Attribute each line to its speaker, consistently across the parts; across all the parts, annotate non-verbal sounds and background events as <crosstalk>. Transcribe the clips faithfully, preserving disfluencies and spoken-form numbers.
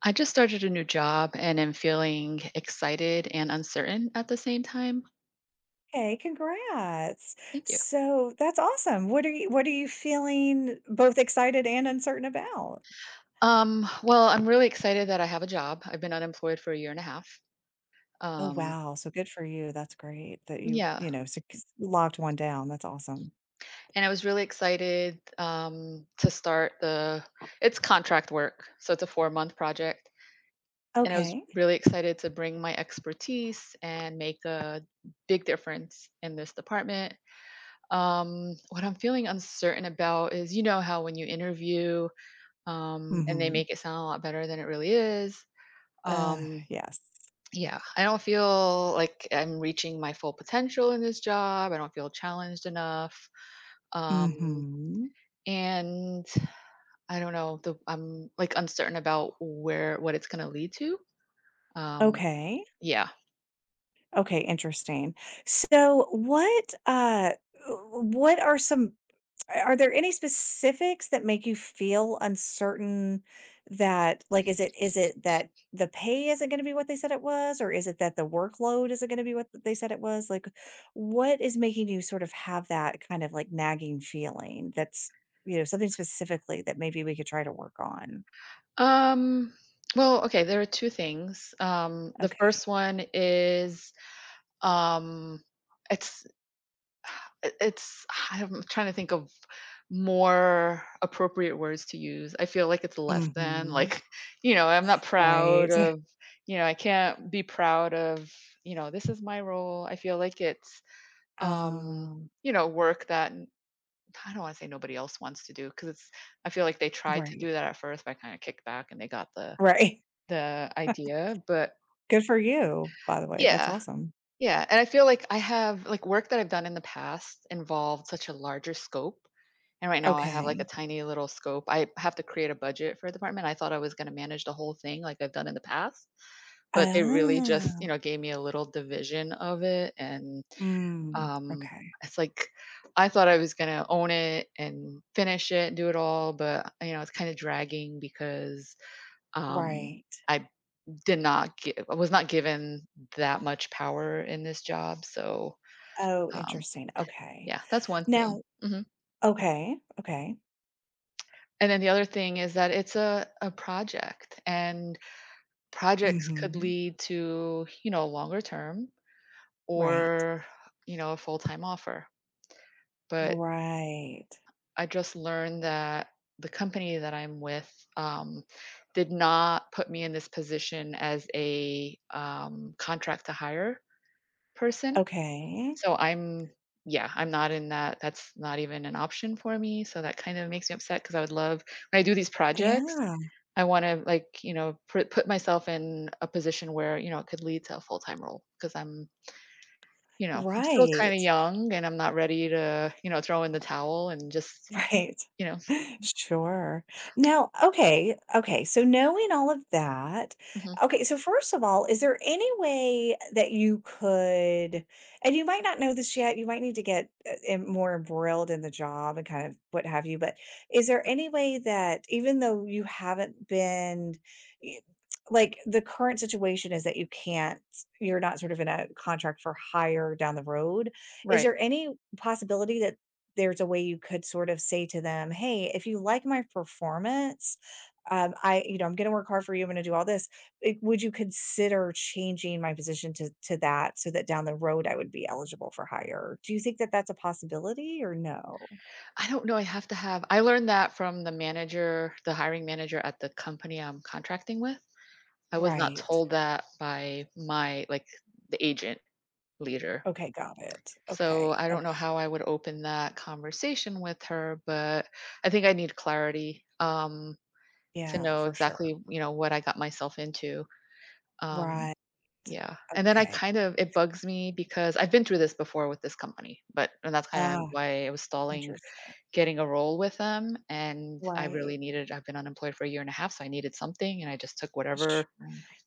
Speaker 1: I just started a new job and am feeling excited and uncertain at the same time.
Speaker 2: Okay, congrats.
Speaker 1: Thank you.
Speaker 2: So that's awesome. What are you what are you feeling both excited and uncertain about?
Speaker 1: Um, well, I'm really excited that I have a job. I've been unemployed for a year and a half.
Speaker 2: Oh,
Speaker 1: Um,
Speaker 2: wow. So good for you. That's great that you,
Speaker 1: yeah,
Speaker 2: you know, sec- locked one down. That's awesome.
Speaker 1: and I was really excited um, to start the. It's contract work, so it's a four month project, and I was
Speaker 2: Okay.
Speaker 1: really excited to bring my expertise and make a big difference in this department. Um, what I'm feeling uncertain about is, you know, how when you interview, um, and they
Speaker 2: Mm-hmm.
Speaker 1: make it sound a lot better than it really is.
Speaker 2: Uh,
Speaker 1: Um,
Speaker 2: yes.
Speaker 1: yeah, I don't feel like I'm reaching my full potential in this job. I don't feel challenged enough, um,
Speaker 2: Mm-hmm.
Speaker 1: and I don't know. The, I'm, like, uncertain about where what it's going to lead to. Um,
Speaker 2: Okay.
Speaker 1: yeah.
Speaker 2: Okay, interesting. So what uh what are some A are there any specifics that make you feel uncertain that like, is it is it that the pay isn't gonna be what they said it was, or is it that the workload isn't gonna be what they said it was? Like, what is making you sort of have that kind of, like, nagging feeling that's, you know, something specifically that maybe we could try to work on?
Speaker 1: Um, well, okay. There are two things. Um, the first
Speaker 2: Okay.
Speaker 1: one is um, it's it it's I'm trying to think of more appropriate words to use. I feel like it's less than,
Speaker 2: Mhm.
Speaker 1: like, <laughs> you know, I'm not proud
Speaker 2: Right.
Speaker 1: of,
Speaker 2: <laughs>
Speaker 1: you know, I can't be proud of, you know, This is my role. I feel like it's, um,
Speaker 2: Um,
Speaker 1: you know, work that n- I don't want to say nobody else wants to do because it's, I feel like they tried to
Speaker 2: right.
Speaker 1: do that at first, but I kind of kicked back and they got the,
Speaker 2: Right.
Speaker 1: the idea. But
Speaker 2: <laughs> Good for you, by the way, that's
Speaker 1: yeah,
Speaker 2: awesome.
Speaker 1: yeah. And I feel like I have, like, work that I've done in the past involved such a larger scope. And right now I have like
Speaker 2: Okay.
Speaker 1: a tiny little scope. I have to create a budget for a department. I thought I was gonna manage the whole thing like I've done in the past, but they really just,
Speaker 2: Oh.
Speaker 1: you know, gave me a little division of it. And
Speaker 2: Mm,
Speaker 1: um,
Speaker 2: okay.
Speaker 1: it's like I thought I was gonna own it and finish it, do it all, but you know, it's kind of dragging because um,
Speaker 2: Right.
Speaker 1: I did not give, I was not given that much power in this job. So
Speaker 2: Oh,
Speaker 1: um,
Speaker 2: interesting. Okay.
Speaker 1: yeah, that's one thing.
Speaker 2: Now,
Speaker 1: Mhm.
Speaker 2: okay, okay.
Speaker 1: And then the other thing is that it's a a project, and projects could
Speaker 2: Hmm.
Speaker 1: lead to, you know, longer term
Speaker 2: Right.
Speaker 1: or, you know, a full-time offer. But
Speaker 2: Right.
Speaker 1: I just learned that the company that I'm with, um, did not put me in this position as a, um, contract to hire person.
Speaker 2: Okay.
Speaker 1: So I'm yeah, I'm not in that that's not even an option for me, so that kind of makes me upset because I would love when I do these projects
Speaker 2: Yeah.
Speaker 1: I want to, like, you know, pr- put myself in a position where, you know, it could lead to a full-time role because I'm, you know, I'm still kind
Speaker 2: Right.
Speaker 1: of young and I'm not ready to, you know, throw in the towel and just,
Speaker 2: Right.
Speaker 1: you know,
Speaker 2: <laughs> Sure. Now, okay, okay, so knowing all of that,
Speaker 1: mhm,
Speaker 2: okay, so first of all, is there any way that you could, and you might not know this yet, you might need to get, uh, em more embroiled in the job and kind of what have you, but is there any way that even though you haven't been y like, the current situation is that you can't, you're not sort of in a contract for hire down the road, is
Speaker 1: right.
Speaker 2: there any possibility that there's a way you could sort of say to them, "Hey, if you like my performance, um, I, you know, I'm gonna work hard for you, I'm gonna do all this. Eh, would you consider changing my position to to that so that down the road I would be eligible for higher?" Do you think that that's a possibility or no?
Speaker 1: I don't know. I have to have, I learned that from the manager, the hiring manager at the company I'm contracting with. I was not
Speaker 2: Right.
Speaker 1: told that by my, like, the agent leader.
Speaker 2: Okay, got it.
Speaker 1: So
Speaker 2: Okay,
Speaker 1: I don't know
Speaker 2: okay.
Speaker 1: how I would open that conversation with her, but I think I need clarity. Um, to
Speaker 2: Yeah,
Speaker 1: know
Speaker 2: for
Speaker 1: exactly,
Speaker 2: sure.
Speaker 1: you know, what I got myself into. Um,
Speaker 2: Right.
Speaker 1: yeah, and then I
Speaker 2: Okay.
Speaker 1: kind of it bugs me because I've been through this before with this company, but and that's kind of
Speaker 2: Ah,
Speaker 1: why I was stalling
Speaker 2: interesting.
Speaker 1: getting a role with them, and I really
Speaker 2: Right.
Speaker 1: needed I've been unemployed for a year and a half, so I needed something, and I just took
Speaker 2: Sure.
Speaker 1: whatever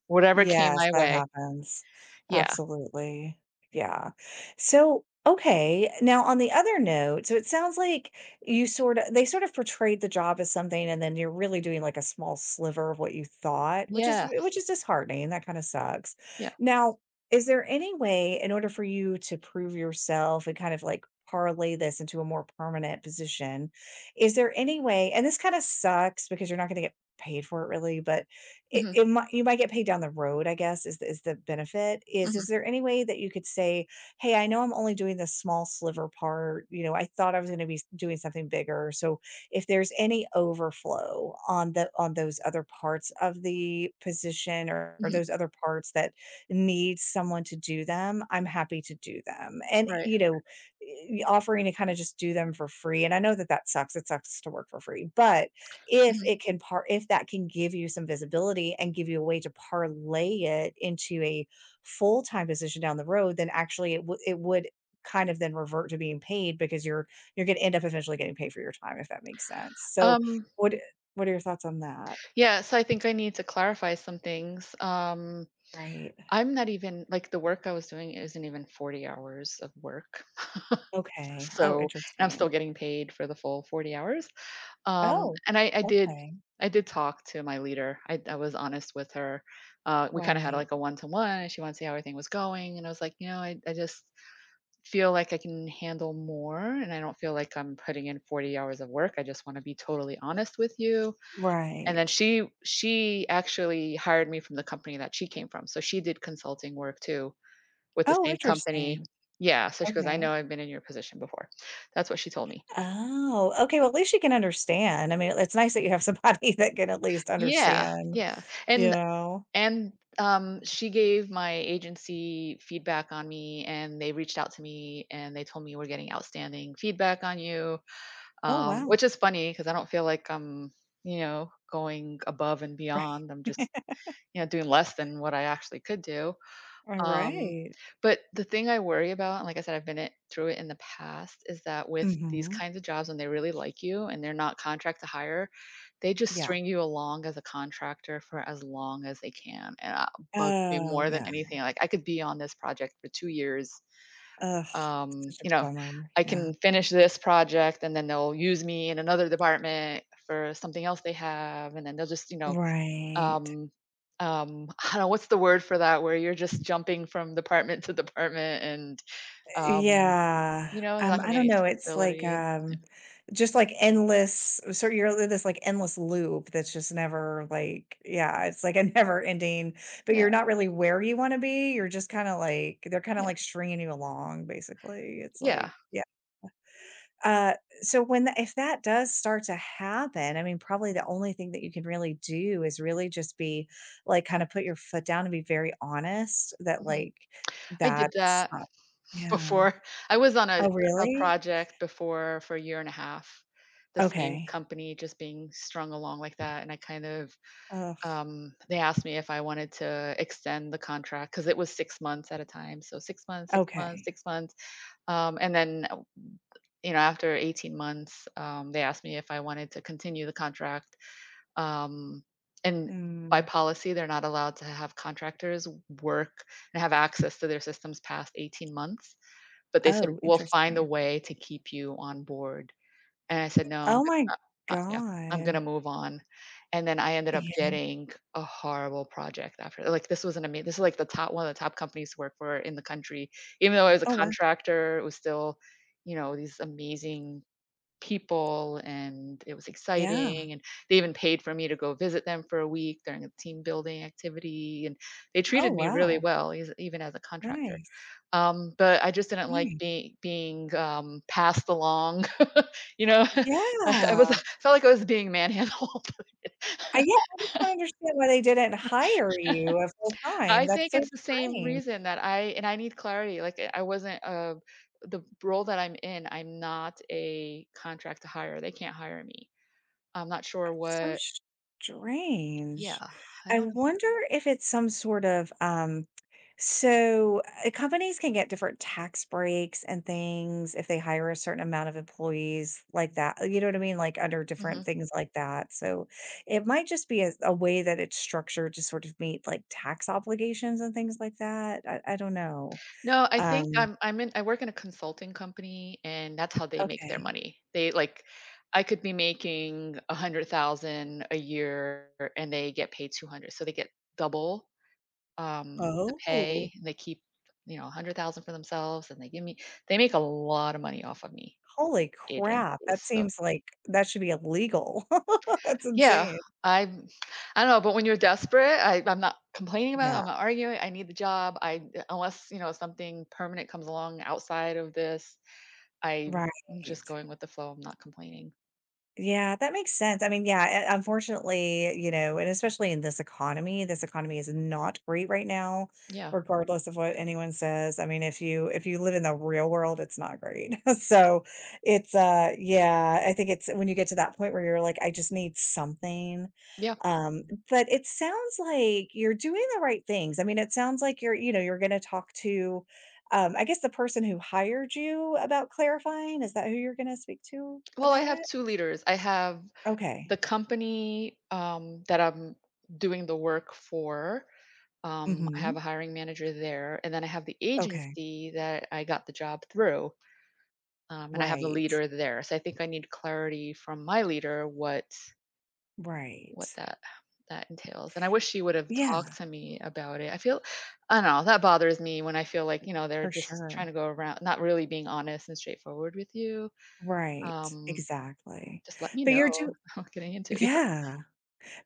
Speaker 1: whatever came
Speaker 2: Yes,
Speaker 1: my
Speaker 2: that
Speaker 1: way.
Speaker 2: happens.
Speaker 1: Yeah.
Speaker 2: Absolutely. Yeah. So, okay. Now, on the other note, so it sounds like you sort of they sort of portrayed the job as something, and then you're really doing like a small sliver of what you thought, which is
Speaker 1: Yeah.
Speaker 2: which is disheartening. That kind of sucks.
Speaker 1: Yeah.
Speaker 2: Now, is there any way in order for you to prove yourself and kind of like parlay this into a more permanent position? Is there any way, and this kind of sucks because you're not going to get paid for it really, but it
Speaker 1: Mhm.
Speaker 2: it might you might get paid down the road, I guess, is the is the benefit. Is is
Speaker 1: Mhm.
Speaker 2: there any way that you could say, "Hey, I know I'm only doing this small sliver part, you know, I thought I was gonna be s doing something bigger, so if there's any overflow on the on those other parts of the position or or
Speaker 1: Mhm.
Speaker 2: those other parts that need someone to do them, I'm happy to do them." And,
Speaker 1: Right.
Speaker 2: you know, eh, offering to kinda just do them for free, and I know that that sucks, it sucks to work for free, but if
Speaker 1: Mhm.
Speaker 2: it can par if that can give you some visibility and give you a way to parlay it into a full-time position down the road, then actually it would it would kind of then revert to being paid because you're you're gonna end up eventually getting paid for your time, if that makes sense. So,
Speaker 1: Um,
Speaker 2: what what are your thoughts on that?
Speaker 1: yeah, so I think I need to clarify some things. Um,
Speaker 2: Right.
Speaker 1: I'm not even like the work I was doing isn't even forty hours of work.
Speaker 2: Okay. Oh,
Speaker 1: So and I'm still
Speaker 2: interesting.
Speaker 1: getting paid for the full forty hours. Um,
Speaker 2: Oh,
Speaker 1: and I I did
Speaker 2: okay.
Speaker 1: I did talk to my leader. I I was honest with her. Uh, we kind of had
Speaker 2: Right.
Speaker 1: like a one-to-one, and she wanted to see how everything was going. And I was, like, you know, I, I just feel like I can handle more, and I don't feel like I'm putting in forty hours of work. I just want to be totally honest with you. And then
Speaker 2: Right.
Speaker 1: she she actually hired me from the company that she came from, so she did consulting work too with the
Speaker 2: Oh,
Speaker 1: same company.
Speaker 2: interesting.
Speaker 1: Yeah. So she goes, I
Speaker 2: Okay.
Speaker 1: know I've been in your position before. That's what she told me.
Speaker 2: Oh, okay, well, at least she can understand. I mean, it's nice that you have somebody <laughs> that can at least
Speaker 1: Yeah,
Speaker 2: understand,
Speaker 1: yeah,
Speaker 2: you
Speaker 1: and
Speaker 2: know?
Speaker 1: and, um, she gave my agency feedback on me, and they reached out to me, and they told me, "We're getting outstanding feedback on you,"
Speaker 2: Oh,
Speaker 1: um,
Speaker 2: wow.
Speaker 1: which is funny because I don't feel like I'm, you know, going above and
Speaker 2: Right.
Speaker 1: beyond. I'm just,
Speaker 2: <laughs>
Speaker 1: you know, doing less than what I actually could do. Um,
Speaker 2: Alright.
Speaker 1: but the thing I worry about, and like I said, I've been it through it in the past, is that with these
Speaker 2: Mhm.
Speaker 1: kinds of jobs, when they really like you and they're not contract to hire, they just
Speaker 2: Yeah.
Speaker 1: string you along as a contractor for as long as they can, and that bugs me
Speaker 2: Oh,
Speaker 1: more than
Speaker 2: yeah.
Speaker 1: anything. Like, I could be on this project for two years.
Speaker 2: Ugh,
Speaker 1: Um,
Speaker 2: such a
Speaker 1: you know,
Speaker 2: bummer.
Speaker 1: I
Speaker 2: Yeah.
Speaker 1: can finish this project, and then they'll use me in another department for something else they have, and then they'll just, you know
Speaker 2: Right.
Speaker 1: um, um, <laughs> I don't know what's the word for that where you're just jumping from department <laughs> to department and, um,
Speaker 2: Yeah,
Speaker 1: you know, there's
Speaker 2: um,
Speaker 1: not gonna
Speaker 2: I
Speaker 1: be
Speaker 2: don't
Speaker 1: any
Speaker 2: know, it's like,
Speaker 1: stability.
Speaker 2: um, just like endless, so you're in this, like, endless loop that's just never, like, yeah, it's like a <laughs> never ending, but
Speaker 1: Yeah,
Speaker 2: you're not really where you wanna be, you're just kinda like they're kinda,
Speaker 1: yeah,
Speaker 2: like, stringing you along, basically, it's
Speaker 1: yeah.
Speaker 2: like, yeah. Uh, so when tha if that does start to happen, I mean, probably the only thing that you can really do is really just be, like, kinda put your foot down and be very honest that,
Speaker 1: Mhm.
Speaker 2: like,
Speaker 1: I did
Speaker 2: that's
Speaker 1: that
Speaker 2: not,
Speaker 1: <laughs>
Speaker 2: yeah.
Speaker 1: before. I was on a
Speaker 2: Oh,
Speaker 1: a
Speaker 2: really?
Speaker 1: project before for a year and a half, the same
Speaker 2: Okay.
Speaker 1: company just being strung along like that, and I kind of,
Speaker 2: Ugh,
Speaker 1: um they asked me if I wanted to extend the contract because it was six months at a time, so six months, six months,
Speaker 2: okay.
Speaker 1: six months, um, and then you know, after eighteen months, um, they asked me if I wanted to continue the contract. Um, and by
Speaker 2: Mm.
Speaker 1: policy, they're not allowed to have contractors work and have access to their systems past eighteen months. But they said,
Speaker 2: Oh,
Speaker 1: "We'll find a
Speaker 2: interesting.
Speaker 1: way to keep you on board." And I said, "No, I'm
Speaker 2: Oh my
Speaker 1: gonna, uh, yeah, I'm
Speaker 2: god.
Speaker 1: gonna move on." And then I ended up
Speaker 2: Yeah.
Speaker 1: getting a horrible project after. Like, this was an amazing. This is, like, the top one of the top companies to work for in the country. Even though I was a
Speaker 2: Oh, wow.
Speaker 1: contractor, it was still, you know, these amazing people, and it was
Speaker 2: Yeah.
Speaker 1: exciting, and they even paid for me to go visit them for a week during a team building activity, and they
Speaker 2: Oh,
Speaker 1: treated me really
Speaker 2: wow.
Speaker 1: well, eas- even as a contractor,
Speaker 2: Nice,
Speaker 1: um, but i just didn't like
Speaker 2: nice.
Speaker 1: being being um, passed along. <laughs> you know <laughs> i I was
Speaker 2: Yeah.
Speaker 1: <laughs> felt like i was being manhandled.
Speaker 2: I, yeah, I just don't understand why they didn't hire you a full
Speaker 1: <laughs>
Speaker 2: time.
Speaker 1: i
Speaker 2: That's
Speaker 1: think
Speaker 2: so
Speaker 1: it's the same
Speaker 2: strange.
Speaker 1: reason that i and i need clarity. Like, i I wasn't uh, the role that i'm in, i'm not a contract to hire, they can't hire me. I'm not sure
Speaker 2: So
Speaker 1: what.
Speaker 2: s- Strange.
Speaker 1: Yeah, I
Speaker 2: I
Speaker 1: don't know.
Speaker 2: wonder if it's some sort of um so uh, companies can get different tax breaks and things if they hire a certain amount of employees like that. You know what I mean? Like under different
Speaker 1: Mhm.
Speaker 2: things like that. So it might just be a, a way that it's structured to sort of meet like tax obligations and things like that. I, I don't know.
Speaker 1: No, I think
Speaker 2: Um,
Speaker 1: I'm I'm in I work in a consulting company, and that's how they make their
Speaker 2: okay.
Speaker 1: money. They like I could be making one hundred thousand a year, and they get paid two hundred. So they get double, um, the
Speaker 2: Oh,
Speaker 1: pay, and they keep, you know, one hundred thousand for themselves, and they give me they make a lot of money off of me,
Speaker 2: holy crap.
Speaker 1: agencies.
Speaker 2: That
Speaker 1: So
Speaker 2: seems like that should be illegal. <laughs> That's
Speaker 1: yeah,
Speaker 2: insane.
Speaker 1: I'm I don't know, but when you're desperate, I I'm not complaining about it,
Speaker 2: Yeah,
Speaker 1: I'm not arguing, I need the job. I Unless, you know, something permanent comes along outside of this, I'm just
Speaker 2: right.
Speaker 1: going with the flow, I'm not complaining.
Speaker 2: Yeah, that makes sense. I mean, yeah, u unfortunately, you know, and especially in this economy, this economy is not great right now,
Speaker 1: Yeah,
Speaker 2: regardless of what anyone says. I mean, if you if you live in the real world, it's not great. <laughs> So it's uh yeah, I think it's when you get to that point where you're like, I just need something.
Speaker 1: yeah.
Speaker 2: Um, but it sounds like you're doing the right things. I mean, it sounds like you're, you know, you're gonna talk to um, I guess the person who hired you about clarifying, is that who you're gonna speak to
Speaker 1: Well, I
Speaker 2: about
Speaker 1: have
Speaker 2: it?
Speaker 1: two leaders. I have
Speaker 2: Okay.
Speaker 1: the company, um, that I'm doing the work for, um, I have
Speaker 2: Mhm.
Speaker 1: a hiring manager there, and then I have the
Speaker 2: Okay.
Speaker 1: agency that I got the job through, um, and I have a
Speaker 2: Right.
Speaker 1: leader there, so I think I need clarity from my leader what
Speaker 2: Right.
Speaker 1: what that that entails. And I wish she would have
Speaker 2: Yeah,
Speaker 1: talked to me about it. I feel I don't know, that bothers me when I feel like, you know, they're
Speaker 2: for
Speaker 1: just trying
Speaker 2: sure.
Speaker 1: to go around not really being honest and straightforward with you.
Speaker 2: Right.
Speaker 1: Um,
Speaker 2: Exactly.
Speaker 1: just let me
Speaker 2: But you're
Speaker 1: know.
Speaker 2: do
Speaker 1: <laughs> I'm getting into it.
Speaker 2: Yeah.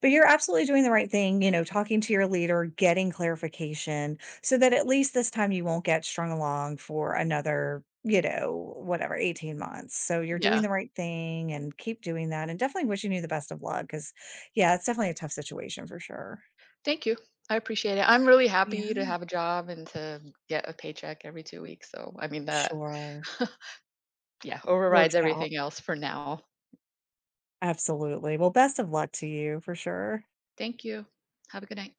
Speaker 2: But you're absolutely doing the right thing, you know, talking to your leader, getting clarification so that at least this time you won't get strung along for another, you know, whatever, eighteen months. So you're doing
Speaker 1: Yeah.
Speaker 2: the right thing and keep doing that and definitely wishing you the best of luck. Because, yeah, it's definitely a tough situation for sure.
Speaker 1: Thank you. I appreciate it. I'm really happy to
Speaker 2: Yeah.
Speaker 1: have a job and to get a paycheck every two weeks. So, I mean that,
Speaker 2: Sure.
Speaker 1: <laughs> yeah,
Speaker 2: Works
Speaker 1: overrides
Speaker 2: out.
Speaker 1: everything else for now.
Speaker 2: Absolutely. Well, best of luck to you for sure.
Speaker 1: Thank you. Have a good night.